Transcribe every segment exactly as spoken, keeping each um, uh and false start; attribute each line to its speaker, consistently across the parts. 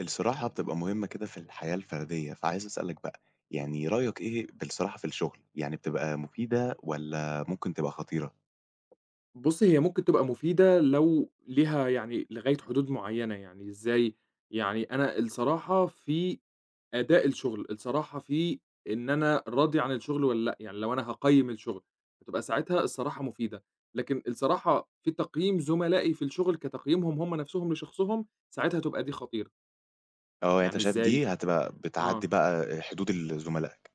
Speaker 1: الصراحة بتبقى مهمة كده في الحياة الفردية، فعايز أسألك بقى، يعني رأيك إيه بالصراحة في الشغل؟ يعني بتبقى مفيدة والّا ممكن تبقى خطيرة؟
Speaker 2: بُصّي، هي ممكن تبقى مفيدة لو ليها يعني لغاية حدود معيّنة، يعني إزاي؟ يعني أنا الصراحة في أداء الشغل، الصراحة في إن أنا راضي عن الشغل والّا لأ، يعني لو أنا هاقيّم الشغل، هتبقى ساعتها الصراحة مفيدة، لكن الصراحة في تقييم زملائي في الشغل كتقييمهم هم نَفْسهم لشخصهم، ساعتها تبقى دي خطيرة،
Speaker 1: آه، يعني أنت
Speaker 2: يعني
Speaker 1: شايف
Speaker 2: إزاي؟
Speaker 1: دي هتبقى
Speaker 2: آه.
Speaker 1: بتعدّي بقى حدود ال زملائك،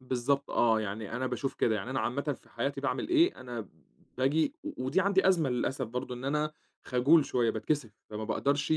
Speaker 2: بالضبط آه، يعني أنا باشوف كده، يعني أنا عامةً في حياتي باعمل إيه، أنا باجي و ودي عندي أزمة للأسف برضه إن أنا خجول شوية، باتكسف، فما باقدرش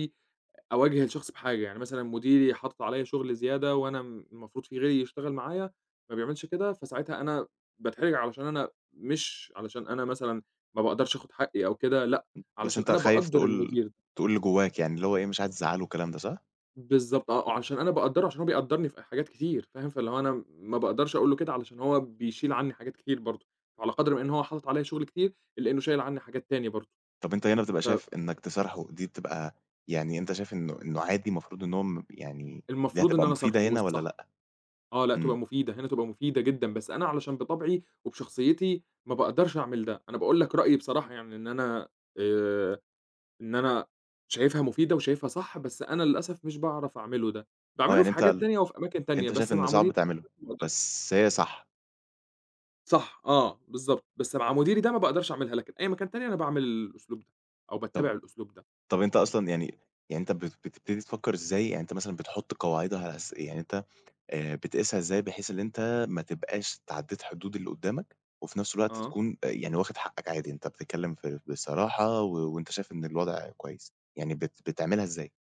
Speaker 2: أواجه الشخص بحاجة، يعني مثلًا مديري حاطط عليّا شغل زيادة وأنا م المفروض في غيري يشتغل معايا، ما بيعملش كده، فساعتها أنا باتحرج علشان أنا مش علشان أنا مثلًا ما باقدرش آخُد حقي أو كده، لأ،
Speaker 1: بس
Speaker 2: علشان
Speaker 1: أنت
Speaker 2: أنا
Speaker 1: خايف
Speaker 2: باقدّر
Speaker 1: تقول
Speaker 2: المدير.
Speaker 1: تقول اللي جواك يعني اللي هو إيه مش عايز تزعّله والكلام ده صح؟
Speaker 2: بالضبط آه، وعشان أنا باقدّره عشان هو بيقدّرني في حاجات كتير فاهم، فاللي هو أنا ما باقدرش أقول له كده علشان هو بيشيل عني حاجات كتير برضه، فعلى قدر ما إن هو حاطط عليّا شغل كتير إلّا إنه شايل عني حاجات تاني برضه،
Speaker 1: طَب أنت هنا بتبقى شايف إنك تصارحه دي بتبقى يعني أنت شايف إنه إنه عادي المفروض إن هو م يعني دي
Speaker 2: فالمفروض إن
Speaker 1: هتبقى
Speaker 2: أنا أصارحه
Speaker 1: مفيدة هنا والّا
Speaker 2: والصح
Speaker 1: لأ؟
Speaker 2: آه، لأ
Speaker 1: إمم،
Speaker 2: تبقى مفيدة، هنا تبقى مفيدة جدًا، بس أنا علشان بطبعي وبشخصيتي ما باقدرش أعمل ده، أنا باقول لك رأيي بصراحة يعني إن أنا آآ، إن أنا شايفها مفيدة وشايفها صح، بس أنا للأسف مش باعرف أعمله ده،
Speaker 1: آه،
Speaker 2: باعمله
Speaker 1: يعني
Speaker 2: في
Speaker 1: أنت
Speaker 2: حاجات
Speaker 1: ال
Speaker 2: تانية وفي أماكن تانية،
Speaker 1: أنت شايف
Speaker 2: بس
Speaker 1: إن
Speaker 2: مع
Speaker 1: صعب
Speaker 2: مديري
Speaker 1: تعمله، بس هي صح،
Speaker 2: صح، آه، بالضبط، بس مع مديري ده ما باقدرش أعملها، لكن أي مكان تاني أنا باعمل الأسلوب ده، أو
Speaker 1: طَب
Speaker 2: باتّبع الأسلوب ده،
Speaker 1: طب أنت أصلًا يعني يعني أنت بت بتبتدي تفكّر إزاي؟ يعني أنت مثلًا بتحُط قواعدها على أس يعني أنت آآ بتقيسها إزاي بحيث إن أنت ما تبقاش تعدّيت حدود اللي قُدّامك وفي نفس الوقت
Speaker 2: آه،
Speaker 1: تكون آآ يعني واخد حقّك عادي، أنت بتتكلّم في بصراحة و وأنت شايف إن الوضع كويس، يعني بت بتعملها إزاي؟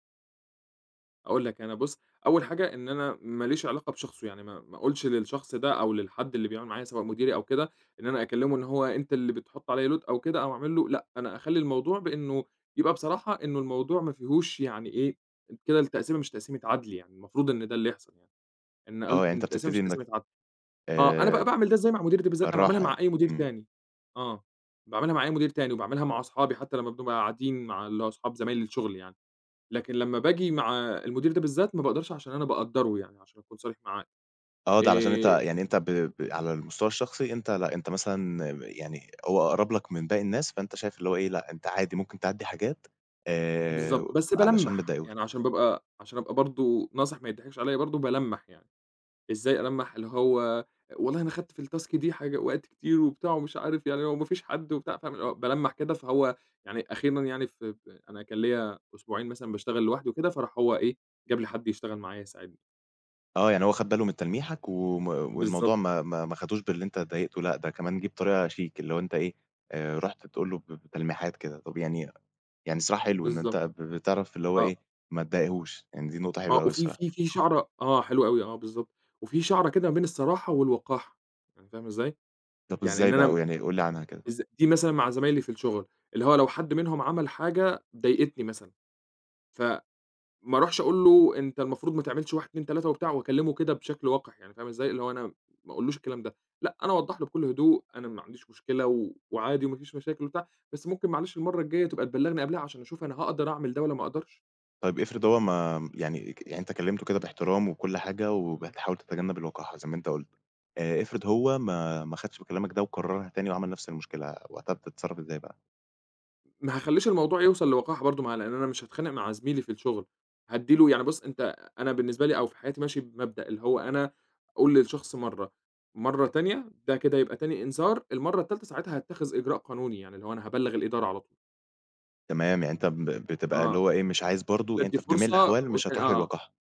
Speaker 2: أقول لك أنا بُص، أول حاجة إن أنا ما ليش علاقة بشخصه، يعني ما ما أقولش للشخص ده أو للحد اللي بيعمل معايا سواء مديري أو كده، إن أنا أكلمه إن هو أنت اللي بتحط عليَّ load أو كده، أو أعمل له لأ، أنا أخلّي الموضوع بإنه يبقى بصراحة إنه الموضوع ما فيهوش يعني إيه، كده التقسيمة مش تقسيمة عدل يعني، المفروض إن ده اللي يحصل يعني، إن
Speaker 1: آه،
Speaker 2: قُلت
Speaker 1: يعني
Speaker 2: إن
Speaker 1: أنت
Speaker 2: التقسيمة
Speaker 1: بتبتدي
Speaker 2: مش
Speaker 1: إنّك
Speaker 2: تقسيمة عدل. آه، أنا بقى
Speaker 1: آآ
Speaker 2: باعمل ده إزاي مع مديري ده بالذات، أنا باعملها
Speaker 1: بالراحة
Speaker 2: مع
Speaker 1: يعني.
Speaker 2: أي مدير
Speaker 1: إمم.
Speaker 2: تاني، آه، باعملها مع أي مدير تاني، وباعملها مع أصحابي حتى لمّا بنبقى قاعدين مع اللي هو أصحاب زمايل الشغل يعني، لكن لمّا باجي مع المدير ده بالذات ما باقدرش عشان أنا باقدّره يعني عشان أكون صريح معاه،
Speaker 1: آه، ده علشان أنت
Speaker 2: آآ
Speaker 1: يعني أنت ب ب على المستوى الشخصي أنت لأ، أنت مثلًا يعني هو أقرب لك من باقي الناس، فأنت شايف اللي هو إيه، لأ، أنت عادي ممكن تعدّي حاجات آآ
Speaker 2: بالضبط، بس
Speaker 1: علشان ما
Speaker 2: بالَمّح،
Speaker 1: تضايقوش.
Speaker 2: يعني عشان بابقى عشان أبقى برضه ناصح ما يضحكش عليّا برضه بالَمّح يعني. إزاي ألمّح اللي هو والله أنا خدت في الtask دي حاجة وقت كتير وبتاع ومش عارف يعني هو ما فيش حد وبتاع، فاهم اللي هو بالَّمح كده، فهو يعني أخيرًا يعني في ب أنا كان ليّا أسبوعين مثلًا باشتغل لوحدي وكده، فراح هو إيه، جاب لي حد يشتغل معايا يساعدني.
Speaker 1: آه، يعني هو خَد باله من تلميحك وم والموضوع
Speaker 2: بالضبط،
Speaker 1: ما ما ما خدوش باللي أنت اتضايقته، لأ، ده كمان جه بطريقة شيك، اللي هو أنت إيه، آآ رُحت تقول له ب بتلميحات كده. طب يعني يعني الصراحة حلو إن أنت
Speaker 2: بالضبط،
Speaker 1: ب بتعرف اللي هو
Speaker 2: آه،
Speaker 1: إيه، ما تضايقهوش، يعني دي نقطة حلوة
Speaker 2: آه،
Speaker 1: أوي
Speaker 2: وفي
Speaker 1: الصراحة.
Speaker 2: في في شعرة آه، حلو أوي، آه بالضبط، وفي شعرة كده ما بين الصراحة والوقاحة، يعني فاهم إزاي؟
Speaker 1: طب
Speaker 2: يعني
Speaker 1: إزاي
Speaker 2: إن
Speaker 1: بقى؟
Speaker 2: أنا
Speaker 1: ويعني قُل لي عنها كده.
Speaker 2: إز دي مثلًا مع زمايلي في الشغل، اللي هو لو حد منهم عمل حاجة ضايقتني مثلًا، ف ما اروحش أقول له أنت المفروض ما تعملش واحد، اتنين، ثلاثة وبتاع واكلمه كده بشكل وقح يعني فاهم إزاي، اللي هو أنا ما أقولوش الكلام ده، لأ أنا أوضّح له بكل هدوء أنا ما عنديش مشكلة و وعادي وما فيش مشاكل وبتاع، بس ممكن معلش المرّة الجاية تبقى تبلّغني قبلها عشان أشوف أنا هاقدر أعمل ده والّا ما أقدرش.
Speaker 1: طيب افرض هو ما يعني ك يعني أنت كلّمته كده باحترام وكل حاجة
Speaker 2: إمم.
Speaker 1: وبتحاول تتجنّب الوقاحة زي ما أنت قُلت، آآ افرض هو ما ما خدش بكلامك ده وكرّرها تاني وعمل نفس المشكلة، وقتها بتتصرّف إزاي بقى؟
Speaker 2: ما هاخلّيش الموضوع يوصل لوقاحة برضه مع لإن أنا مش هاتخانق مع زميلي في الشغل، هادّي له يعني بُص أنت أنا بالنسبة لي أو في حياتي ماشي بمبدأ اللي هو أنا أقول للشخص مرّة، مرّة تانية ده كده يبقى تاني إنذار، المرّة التالتة ساعتها هاتّخذ إجراء قانوني، يعني اللي هو أنا هابلّغ الإدارة على طول.
Speaker 1: تمام، يعني أنت ب بتبقى اللي
Speaker 2: آه،
Speaker 1: هو إيه، مش عايز برضه يعني
Speaker 2: تدّي
Speaker 1: أنت في جميع
Speaker 2: فرصة
Speaker 1: الأحوال مش
Speaker 2: وت آه،
Speaker 1: هتروح
Speaker 2: آه،
Speaker 1: للوقاحة.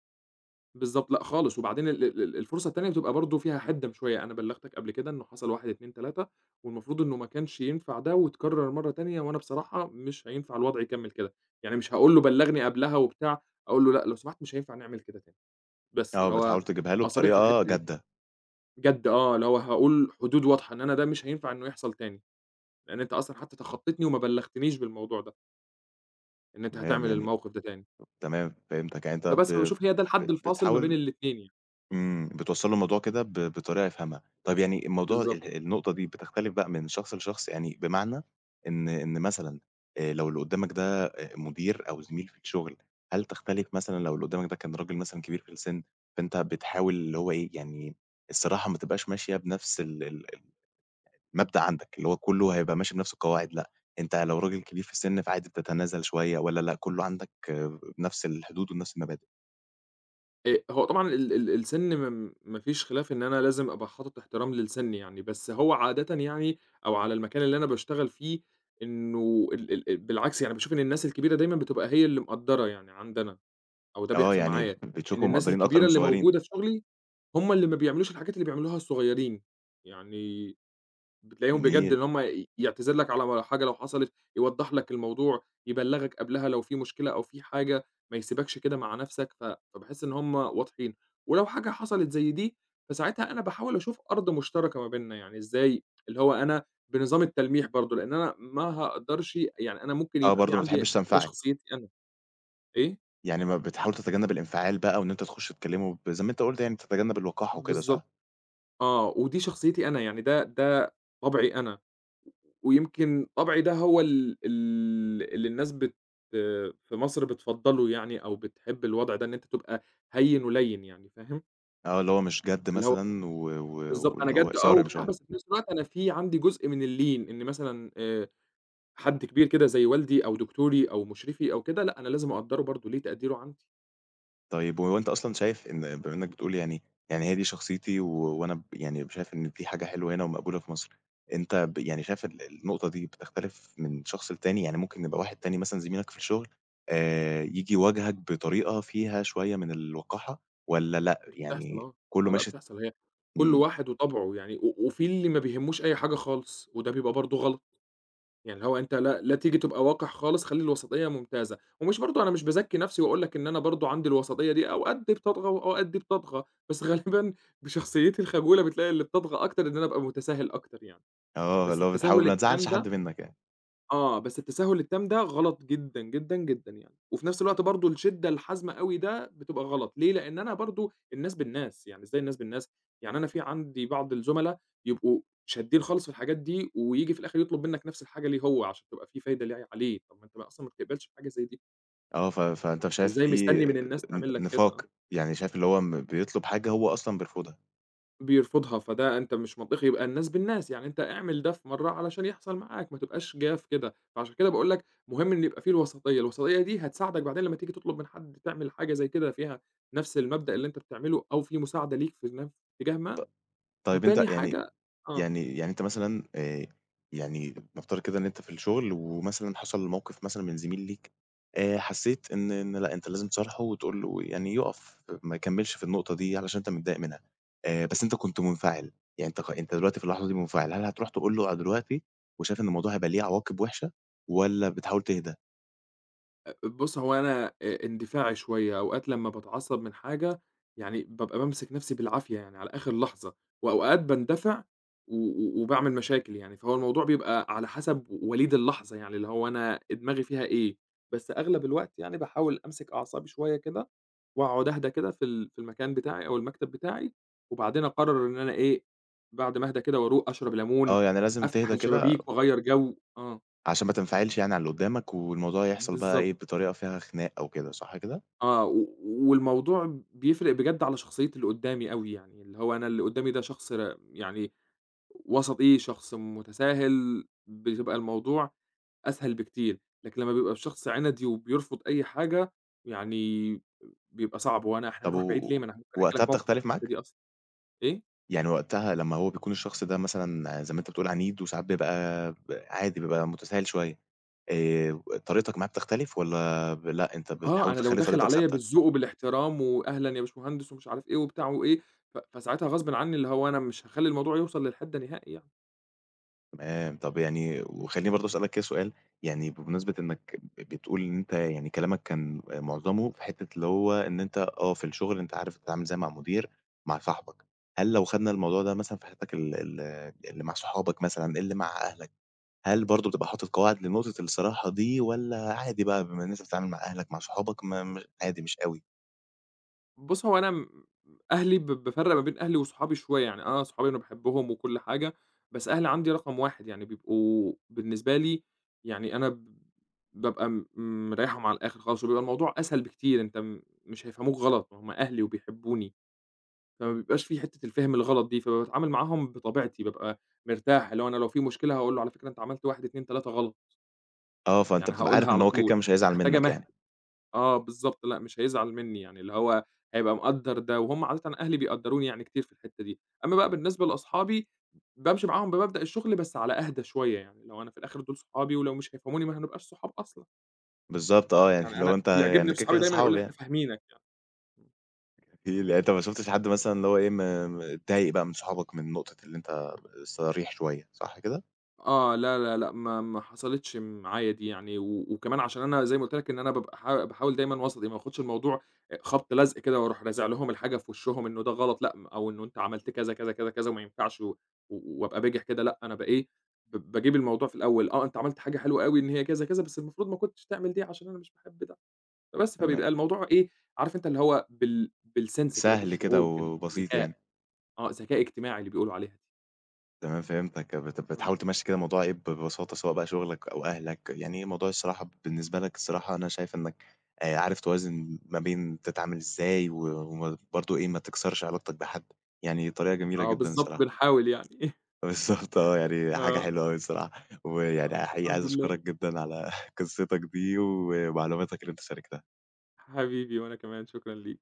Speaker 2: بالضبط، لأ خالص، وبعدين ال ال ال الفرصة التانية بتبقى برضه فيها حِدّة شوية، أنا بلّغتك قبل كده إنه حصل واحد، اتنين، ثلاثة والمفروض إنه ما كانش ينفع ده واتكرر مرّة تانية، وأنا بصراحة مش هينفع الوضع يكمّل كده، يعني مش هاقول له بلّغني قبلها وبتاع، أقول له لأ لو سمحت مش هينفع نعمل كده تاني، بس
Speaker 1: آه،
Speaker 2: اللي هو
Speaker 1: بتحاول تجيبها له
Speaker 2: أبقى صريح في
Speaker 1: بطريقة
Speaker 2: الحتّة دي،
Speaker 1: جادة.
Speaker 2: جَد آه، اللي هو هاقول حدود واضحة إن أنا ده مش هينفع إنه يحصل تاني، لإن أنت أصلًا حتى تخطّيتني وما بلّغتنيش بالموضوع ده، إن أنت
Speaker 1: تمام،
Speaker 2: هتعمل
Speaker 1: يعني
Speaker 2: الموقف ده تاني،
Speaker 1: تمام فهمتك، يعني أنت ب
Speaker 2: فبس فباشوف هي ده الحد
Speaker 1: ب
Speaker 2: الفاصل ما بين
Speaker 1: بتحاول
Speaker 2: الاتنين يعني.
Speaker 1: إمم، بتوصّل له الموضوع كده ب بطريقة يفهمها. طَب يعني الموضوع
Speaker 2: بالضبط.
Speaker 1: ال النقطة دي بتختلف بقى من شخص لشخص، يعني بمعنى إن إن مثلًا آآ لو اللي قدّامك ده آآ مدير أو زميل في الشغل، هل تختلف مثلًا لو اللي قدّامك ده كان راجل مثلًا كبير في السِن، فأنت بتحاول اللي هو إيه، يعني الصراحة ما تبقاش ماشية بنفس ال ال المبدأ عندك، اللي هو كُلّه هيبقى ماشي بنفس القواعد لأ، أنت لو راجل كبير في السِن فعادي بتتنازل شوية والّا لأ كُلّه عندك آه، بنفس الحدود ونفس المبادئ؟
Speaker 2: آآ هو طبعًا ال ال السِن م ما فيش خلاف إن أنا لازم أبقى حاطط احترام للسِن يعني، بس هو عادةً يعني أو على المكان اللي أنا باشتغل فيه إنه ال ال ال بالعكس يعني باشوف إن الناس الكبيرة دايمًا بتبقى هي اللي مقدّرة يعني عندنا أو ده
Speaker 1: آه،
Speaker 2: بيحصل
Speaker 1: يعني
Speaker 2: معايا، إن
Speaker 1: بتشوفهم
Speaker 2: الناس
Speaker 1: مقدّرين أكتر من
Speaker 2: الكبيرة اللي
Speaker 1: الصغيّرين.
Speaker 2: موجودة في شغلي هم اللي ما بيعملوش الحاجات اللي بيعملوها الصغيّرين. يعني بتلاقيهم بجد
Speaker 1: جميل.
Speaker 2: إن هم ي يعتذر لك على حاجة لو حصلت، يوضّح لك الموضوع، يبلّغك قبلها لو في مشكلة أو في حاجة، ما يسيبكش كده مع نَفْسك، ف فباحس إن هم واضحين، ولو حاجة حصلت زي دي، فساعتها أنا باحاول أشوف أرض مشتركة ما بيننا، يعني إزاي اللي هو أنا بنظام التلميح برضه، لإن أنا ما هاقدرش يعني أنا ممكن
Speaker 1: آه،
Speaker 2: يبقى في
Speaker 1: برضه ما
Speaker 2: عندي
Speaker 1: بتحبّش
Speaker 2: وده
Speaker 1: تنفعل،
Speaker 2: شخصيتي أنا. إيه؟
Speaker 1: يعني ما بتحاول تتجنّب الانفعال بقى وإن أنت تخُش تكلّمه ب زي ما أنت قُلت يعني تتجنّب الوقاحة وكده صح؟
Speaker 2: بالضبط، آه، ودي شخصيتي أنا، يعني ده ده طبعي أنا. ويمكن طبعي ده هو ال ال اللي الناس بت في مصر بتفضّله يعني أو بتحب الوضع ده، إن أنت تبقى هيّن ولَيّن يعني فاهم؟
Speaker 1: آه، اللي هو مش جَد
Speaker 2: اللي هو
Speaker 1: مثلًا و و
Speaker 2: بالضبط، أنا
Speaker 1: واللي هو
Speaker 2: جَد آه
Speaker 1: صارم
Speaker 2: وبتاع،
Speaker 1: شوية.
Speaker 2: بس في نفس الوقت أنا في عندي جزء من اللين، إن مثلًا آآ حد كبير كده زي والدي أو دكتوري أو مُشرفي أو كده، لأ أنا لازم أقدّره برضه، ليه تقديره عندي،
Speaker 1: طيب هو أنت أصلًا شايف إن بما إنّك بتقول يعني يعني هي دي شخصيتي و وأنا ب يعني شايف إن دي حاجة حلوة هنا ومقبولة في مصر، أنت ب يعني شايف ال النقطة دي بتختلف من شخص للتاني؟ يعني ممكن يبقى واحد تاني مثلًا زميلك في الشغل آآ، ييجي يواجهك بطريقة فيها شوية من الوقاحة والّا لأ،
Speaker 2: دي بتحصل
Speaker 1: يعني
Speaker 2: آه،
Speaker 1: كُلّه
Speaker 2: آه لأ
Speaker 1: ماشي
Speaker 2: بتحصل، هي كل
Speaker 1: إمم.
Speaker 2: واحد وطبعه يعني، و وفي اللي ما بيهمّوش أي حاجة خالص، وده بيبقى برضه غلط. يعني اللي هو أنت لا لا تيجي تبقى وقِح خالص، خلّي الوسطية ممتازة، ومش برضه أنا مش بازكّي نَفْسي وأقول لك إن أنا برضه عندي الوسطية دي، أوقات دي بتطغى وأوقات دي بتطغى، بس غالبًا بشخصيتي الخجولة بتلاقي اللي بتطغى أكتر إن أنا أبقى متساهل أكتر يعني،
Speaker 1: آه،
Speaker 2: بس
Speaker 1: اللي هو بتحاول
Speaker 2: التساهل
Speaker 1: ما
Speaker 2: التام
Speaker 1: تزعّلش حد
Speaker 2: ده
Speaker 1: منّك يعني.
Speaker 2: آه، بس التساهل التام ده غلط جدًا، جدًا، جدًا يعني، وفي نفس الوقت برضه الشدة الحازمة أوي ده بتبقى غلط، ليه؟ لإن أنا برضه الناس بالناس، يعني إزاي الناس بالناس؟ يعني أنا في عندي بعض الزملا يبقوا شادين خالص في الحاجات دي، وييجي في الآخر يطلب منك نفس الحاجة ليه هو، عشان تبقى في فايدة ليه عليه، طب ما أنت ما أصلًا ما بتقبلش بحاجة زي دي،
Speaker 1: آه، ف فأنت شايف
Speaker 2: فإزاي
Speaker 1: في
Speaker 2: مستني من الناس
Speaker 1: ن
Speaker 2: تعمل لك كده؟ آه.
Speaker 1: نفاق، يعني شايف اللي هو م بيطلب حاجة هو أصلًا بيرفضها.
Speaker 2: بيرفضها، فده أنت مش منطقي، يبقى الناس بالناس، يعني أنت اعمل ده في مرّة علشان يحصل معاك، ما تبقاش جاف كده، فعشان كده باقول لك مهم إن يبقى في الوسطية، الوسطية دي هتساعدك بعدين لمّا تيجي تطلب من حد تعمل حاجة زي كده فيها نفس المبدأ اللي أنت بتعمله أو في مساعدة ليك في ن اتجاه ما،
Speaker 1: طيب أنت
Speaker 2: وتاني
Speaker 1: يعني
Speaker 2: حاجة آه.
Speaker 1: يعني يعني أنت مثلًا آآ، يعني نفترض كده إن أنت في الشغل ومثلًا حصل موقف مثلًا من زميل ليك آآ، حسّيت إن إن لأ، أنت لازم تصارحه وتقول له يعني يُقف ما يكمّلش في النقطة دي علشان أنت متضايق منها، آآ، بس أنت كنت منفعل، يعني أنت خ أنت دلوقتي في اللحظة دي منفعل، هل هتروح تقول له دلوقتي وشايف إن الموضوع هيبقى ليه عواقب وِحشة والّا بتحاول تهدى؟
Speaker 2: أ بُص، هو أنا آآ اندفاعي شوية، أوقات لمّا باتعصّب من حاجة يعني بابقى بامسك نَفْسي بالعافية يعني على آخر لحظة، وأوقات باندفع و و وباعمل مشاكل يعني، فهو الموضوع بيبقى على حسب وليد اللحظة يعني، اللي هو أنا دماغي فيها إيه، بس أغلب الوقت يعني باحاول أمسك أعصابي شوية كده، وأقعد أهدى كده في ال في المكان بتاعي أو المكتب بتاعي، وبعدين أقرر إن أنا إيه، بعد ما أهدى كده وأروق أشرب ليمون،
Speaker 1: آه، يعني لازم
Speaker 2: أفتح
Speaker 1: تهدى كده
Speaker 2: الشبابيك وأغيّر جو، آه،
Speaker 1: عشان ما تنفعلش يعني على اللي قدّامك، والموضوع يحصل بقى
Speaker 2: بالضبط.
Speaker 1: إيه، بطريقة فيها خناق أو كده، صح كده؟
Speaker 2: آه، و والموضوع بيفرق بجد على شخصية اللي قدّامي أوي يعني، اللي هو أنا اللي قدّامي ده شخص ر يعني وسطي، شخص متساهل، بتبقى الموضوع أسهل بكتير، لكن لمّا بيبقى الشخص عِنَدي وبيرفض أي حاجة، يعني بيبقى صعب، هو أنا إحنا
Speaker 1: طب
Speaker 2: هنروح بعيد
Speaker 1: و
Speaker 2: ليه؟ ما أنا ممكن أحكي
Speaker 1: وقتها
Speaker 2: لك موقف في
Speaker 1: بتختلف
Speaker 2: الحتّة
Speaker 1: معاك؟
Speaker 2: دي أصلًا، إيه؟
Speaker 1: يعني وقتها لمّا هو بيكون الشخص ده مثلًا زي ما أنت بتقول عنيد، وساعات بيبقى ب عادي بيبقى متساهل شوية، آآ، طريقتك معاه بتختلف والّا ب لأ، أنت
Speaker 2: آه،
Speaker 1: بتحاول
Speaker 2: أنا لو
Speaker 1: تخلّي
Speaker 2: داخل
Speaker 1: طريقتك
Speaker 2: عليّا
Speaker 1: ثابتة؟
Speaker 2: بالذوق وبالاحترام وأهلًا يا باشمهندس ومش عارف إيه وبتاع وإيه، ف فساعتها غصبٍ عني اللي هو أنا مش هاخلّي الموضوع يوصل للحد ده نهائي يعني.
Speaker 1: تمام، طب يعني
Speaker 2: إمم.
Speaker 1: وخلّيني برضه أسألك كده سؤال، يعني بمناسبة إنك بتقول إن أنت يعني كلامك كان معظمه في حتّة اللي هو إن أنت آه، في الشغل أنت عارف تتعامل إزاي مع المدير، مع صاحبك، هل لو خدنا الموضوع ده مثلًا في حياتك ال ال اللي مع صحابك مثلًا، اللي مع أهلك، هل برضه بتبقى حاطط قواعد لنقطة الصراحة دي والّا عادي بقى بما إن أنت بتتعامل مع أهلك، مع صحابك ما م عادي مش أوي؟
Speaker 2: بُص، هو أنا م أهلي ب بافرّق ما بين أهلي وصحابي شوية، يعني آه، صحابي أنا باحبهم وكل حاجة، بس أهلي عندي رقم واحد يعني بيبقوا بالنسبة لي يعني أنا ب بابقى م مريّحهم على الآخر خالص، وبيبقى الموضوع أسهل بكتير، أنت م مش هيفهموك غلط، ما هُم أهلي وبيحبوني، فما بيبقاش في حتّة الفِهم الغلط دي، فباتعامل معاهم بطبيعتي، بابقى مرتاح، اللي هو أنا لو في مشكلة هاقول له على فكرة أنت عملت واحد، اتنين، تلاتة غلط،
Speaker 1: آه، فأنت
Speaker 2: يعني
Speaker 1: بتبقى عارف
Speaker 2: هاقولها
Speaker 1: إن
Speaker 2: على
Speaker 1: هو كده، كده
Speaker 2: طول،
Speaker 1: مش
Speaker 2: مش
Speaker 1: هيزعل
Speaker 2: هاحتاج
Speaker 1: منّك
Speaker 2: أمهِّل.
Speaker 1: يعني.
Speaker 2: آه بالضبط، لأ مش هيزعل منّي، يعني اللي هو هيبقى مقدّر ده، وهُم عادةً أهلي بيقدّروني يعني كتير في الحتّة دي. أمّا بقى بالنسبة لأصحابي، بامشي معاهم بمبدأ الشغل بس على أهدى شوية، يعني اللي هو أنا في الآخر دول صحابي ولو مش هيفهموني ما هنبقاش صحاب أصلًا،
Speaker 1: بالضبط آه، يعني
Speaker 2: يعني
Speaker 1: اللي هو
Speaker 2: أنا
Speaker 1: أنت
Speaker 2: بيعجبني
Speaker 1: يعني
Speaker 2: في
Speaker 1: كده،
Speaker 2: صحابي
Speaker 1: كده
Speaker 2: دايمًا
Speaker 1: صحاب
Speaker 2: يقولوا لي إحنا
Speaker 1: يعني.
Speaker 2: فاهمينك يعني.
Speaker 1: إيه، يعني أنت ما شُفتش حد مثلًا اللي هو إيه، م م اتضايق بقى من صحابك من نقطة اللي أنت صريح شوية، صح كده؟
Speaker 2: آه، لا، لا، لأ، ما ما حصلتش معايا دي يعني، و وكمان عشان أنا زي ما قُلت لك إن أنا بابقى حا باحاول دايمًا وسطي، ما باخدش الموضوع آآ، خبط لزق كده وأروح رازع لهم الحاجة في وشّهم إنه ده غلط لأ، م أو إنه أنت عملت كذا، كذا، كذا، كذا وما ينفعش و و- وأبقى بجح كده لأ، أنا ب إيه، ب باجيب الموضوع في الأول، آه، أنت عملت حاجة حلوة أوي إن هي كذا، كذا، بس المفروض ما كنتش تعمل دي عشان أنا مش باحب ده، فبس،
Speaker 1: تمام،
Speaker 2: فبيبقى الموضوع إيه، عارف أنت اللي هو بال بالsense كده،
Speaker 1: سهل كده
Speaker 2: بالشعور،
Speaker 1: وبسيط
Speaker 2: بالذكاء،
Speaker 1: يعني،
Speaker 2: آه، ذكاء اجتماعي اللي بيقولوا عليها دي.
Speaker 1: تمام فهمتك، بت
Speaker 2: إمم.
Speaker 1: بتحاول تمشّي كده الموضوع إيه، ب ببساطة سواء بقى شغلك أو أهلك، يعني إيه موضوع الصراحة بالنسبة لك الصراحة أنا شايف إنك آآ، عارف توازن ما بين تتعامل إزاي و وما برضه إيه، ما تكسرش علاقتك بحد، يعني طريقة جميلة
Speaker 2: آه،
Speaker 1: جدًا
Speaker 2: بالضبط،
Speaker 1: الصراحة.
Speaker 2: بنحاول يعني.
Speaker 1: بالضبط آه، يعني حاجة
Speaker 2: آه.
Speaker 1: حلوة أوي الصراحة، ويعني
Speaker 2: آه،
Speaker 1: حقيقي عايز
Speaker 2: الحمد لله،
Speaker 1: أشكرك جدًا على قصتك دي ومعلوماتك اللي أنت شاركتها.
Speaker 2: حبيبي وأنا كمان شكرًا ليك.